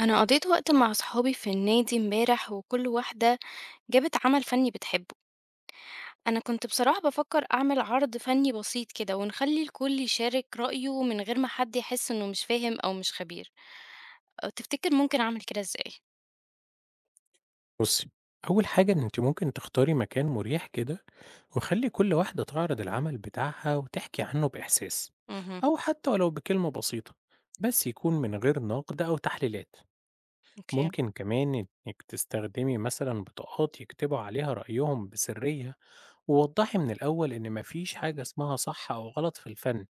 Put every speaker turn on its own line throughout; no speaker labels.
أنا قضيت وقت مع صحابي في النادي امبارح وكل واحدة جابت عمل فني بتحبه. أنا كنت بصراحة بفكر أعمل عرض فني بسيط كده ونخلي الكل يشارك رأيه من غير ما حد يحس إنه مش فاهم أو مش خبير. تفتكر ممكن أعمل كده إزاي؟
بُصّي، أول حاجة إن أنتِ ممكن تختاري مكان مريح كده، وخلّي كل واحدة تعرض العمل بتاعها وتحكي عنه بإحساس،
امم.
أو حتى ولو بكلمة بسيطة، بس يكون من غير نقد أو تحليلات.
اوكي.
ممكن كمان إنِّك تستخدمي مثلًا بطاقات يكتبوا عليها رأيهم بسرية، ووضّحي من الأول إن ما فيش حاجة اسمها صح أو غلط في الفن،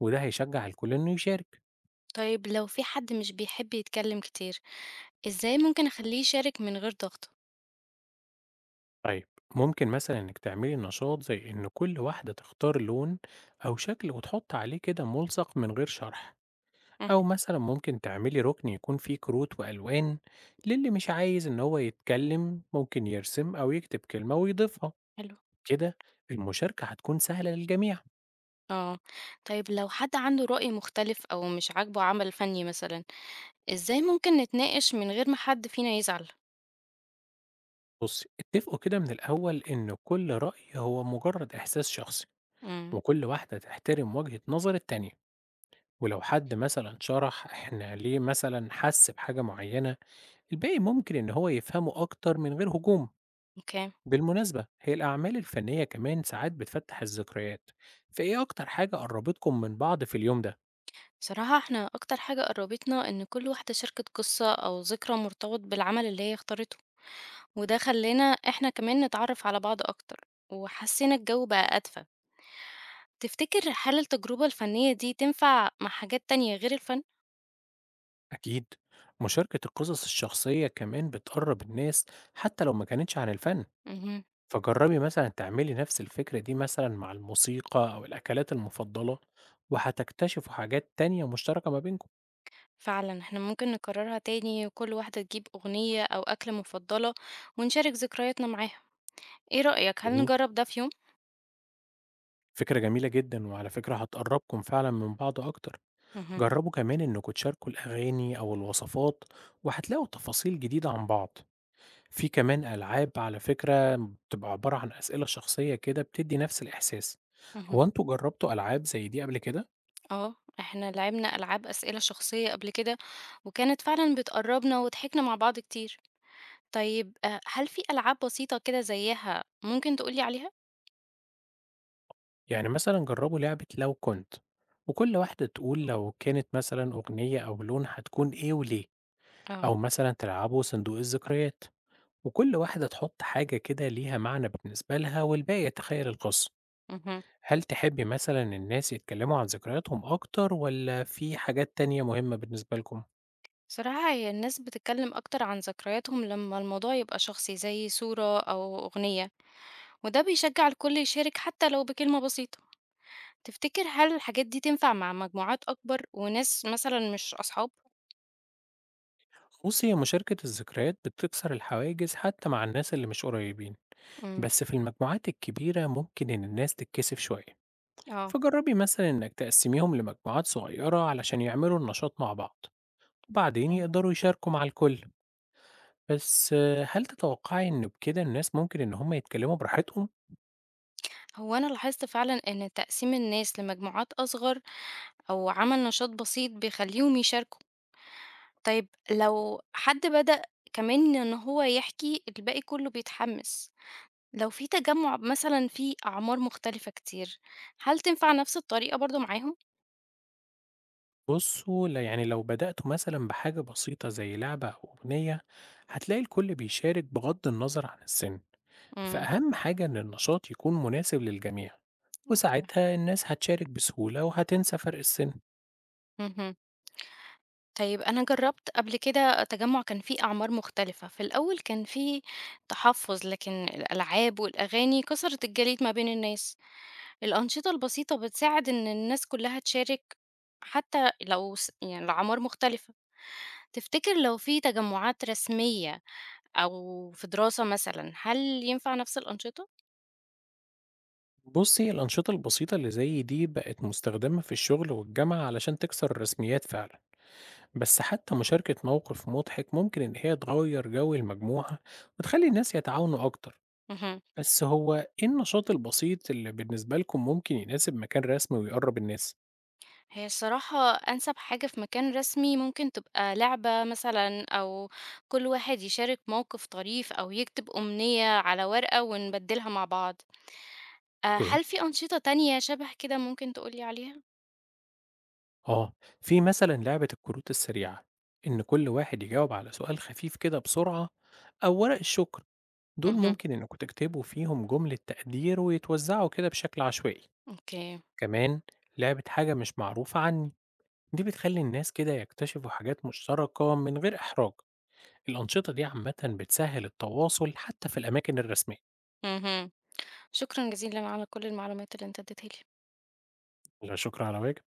وده هيشجع الكل إنه يشارك.
طيب لو في حد مش بيحب يتكلم كتير، إزاي ممكن أخليه يشارك من غير ضغط؟
طيب ممكن مثلا انك تعملي نشاط زي ان كل واحدة تختار لون او شكل وتحط عليه كده ملصق من غير شرح، او
مهم.
مثلا ممكن تعملي ركن يكون فيه كروت والوان، للي مش عايز ان هو يتكلم ممكن يرسم او يكتب كلمة ويضيفها.
حلو.
كده المشاركة هتكون سهلة للجميع.
اه. طيب لو حد عنده رأي مختلف أو مش عاجبه عمل فني مثلا، إزاي ممكن نتناقش من غير ما حد فينا يزعل؟
بص اتفقوا كده من الاول ان كل رأي هو مجرد احساس شخصي،
امم.
وكل واحدة تحترم وجهة نظر التانية، ولو حد مثلا شرح احنا ليه مثلا حس بحاجة معينة، الباقي ممكن إن هو يفهمه أكتر من غير هجوم.
أوكي.
بالمناسبة هي الأعمال الفنية كمان ساعات بتفتح الذكريات، فإيه أكتر حاجة قربتكم من بعض في اليوم ده؟
بصراحة احنا أكتر حاجة قربتنا إن كل واحدة شاركت قصة أو ذكرى مرتبط بالعمل اللي هي اختارته، وده خلانا احنا كمان نتعرف على بعض أكتر، وحسينا الجو بقى أدفى. تفتكر هل التجربة الفنية دي تنفع مع حاجات تانية غير الفن؟
أكيد، مشاركة القصص الشخصية كمان بتقرب الناس حتى لو ما كانتش عن الفن.
امم.
فجربي مثلا تعملي نفس الفكرة دي مثلا مع الموسيقى أو الأكلات المفضلة، وهتكتشفوا حاجات تانية مشتركة ما بينكم.
فعلا احنا ممكن نكررها تاني وكل واحدة تجيب أغنية أو أكلة مفضلة، ونشارك ذكرياتنا معاها. ايه رأيك، هل
جميل،
نجرب ده في يوم؟
فكرة جميلة جدا وعلى فكرة هتقربكم فعلا من بعض أكتر.
مهم.
جربوا كمان إنكوا تشاركوا الأغاني أو الوصفات، وهتلاقوا تفاصيل جديدة عن بعض. في كمان ألعاب على فكرة بتبقى عبارة عن أسئلة شخصية كده بتدي نفس الإحساس.
مهم.
هو أنتوا جربتوا ألعاب زي دي قبل كده؟
اه، احنا لعبنا ألعاب أسئلة شخصية قبل كده وكانت فعلا بتقربنا وضحكنا مع بعض كتير. طيب هل في ألعاب بسيطة كده زيها ممكن تقولي عليها؟
يعني مثلا جربوا لعبة لو كنت، وكل واحدة تقول لو كانت مثلا أغنية أو لون هتكون إيه وليه.
اه.
أو مثلا تلعبوا صندوق الذكريات، وكل واحدة تحط حاجة كده ليها معنى بالنسبة لها والباقي يتخيل القصة.
مهم.
هل تحبي مثلًا الناس يتكلموا عن ذكرياتهم أكتر والّا في حاجات تانية مهمة بالنسبة لكم؟
صراحة هي الناس بتتكلم أكتر عن ذكرياتهم لما الموضوع يبقى شخصي زي صورة أو أغنية، وده بيشجع الكل يشارك حتى لو بكلمة بسيطة. تفتكر هل الحاجات دي تنفع مع مجموعات أكبر وناس مثلا مش أصحاب؟
بُصّي، هي مشاركة الذكريات بتكسر الحواجز حتى مع الناس اللي مش قريبين،
امم.
بس في المجموعات الكبيرة ممكن إن الناس تتكسف شوية،
اه.
فجربي مثلًا إنِّك تقسّميهم لمجموعات صغيرة علشان يعملوا النشاط مع بعض، وبعدين يقدروا يشاركوا مع الكل، بس آه، هل تتوقعي إنه بكده الناس ممكن إن هم يتكلموا براحتهم؟
هو أنا لاحظت فعلا إن تقسيم الناس لمجموعات أصغر أو عمل نشاط بسيط بيخلّيهم يشاركوا. طيب لو حد بدأ كمان إن هو يحكي، الباقي كُلّه بيتحمّس. لو في تجمُّع مثلًا فيه أعمار مختلفة كتير، هل تنفع نفس الطريقة برضه معاهم؟
بصوا يعني لو بدأتوا مثلا بحاجة بسيطة زي لعبة أو أغنية، هتلاقي الكل بيشارك بغض النظر عن السن.
إمم.
فأهم حاجة إن النشاط يكون مناسب للجميع،
أوكي.
وساعتها الناس هتشارك بسهولة وهتنسى فرق السن.
اهم. طيب أنا جرّبت قبل كده تجمُّع كان فيه أعمار مختلفة، في الأول كان في تحفُّظ، لكن الألعاب والأغاني كسرت الجليد ما بين الناس. الأنشطة البسيطة بتساعد إن الناس كلها تشارك حتى لو يعني الأعمار مختلفة. تفتكر لو في تجمعات رسمية أو في دراسة مثلا، هل ينفع نفس الأنشطة؟
بصي الأنشطة البسيطة اللي زي دي بقت مستخدمة في الشغل والجامعة علشان تكسر الرسميات فعلا، بس حتى مشاركة موقف مضحك ممكن إن هي تغير جو المجموعة وتخلي الناس يتعاونوا أكتر.
مهم.
بس هو إيه النشاط البسيط اللي بالنسبة لكم ممكن يناسب مكان رسمي ويقرب الناس؟
هي الصراحة أنسب حاجة في مكان رسمي ممكن تبقى لعبة مثلا، أو كل واحد يشارك موقف طريف أو يكتب أمنية على ورقة ونبدلها مع بعض.
اوكي،
هل في أنشطة تانية شبه كده ممكن تقولي عليها؟
آه، في مثلا لعبة الكروت السريعة، إن كل واحد يجاوب على سؤال خفيف كده بسرعة. أو ورق الشكر، دول
مهم.
ممكن إنكم تكتبوا فيهم جملة تقدير ويتوزعوا كده بشكل عشوائي.
أوكي.
كمان لعبة حاجة مش معروفة عني، دي بتخلي الناس كده يكتشفوا حاجات مشتركة من غير إحراج. الأنشطة دي عامة بتسهل التواصل حتى في الأماكن الرسمية.
مهم. شكرا جزيلا على كل المعلومات اللي انت اديتها لي.
لا شكر على واجب.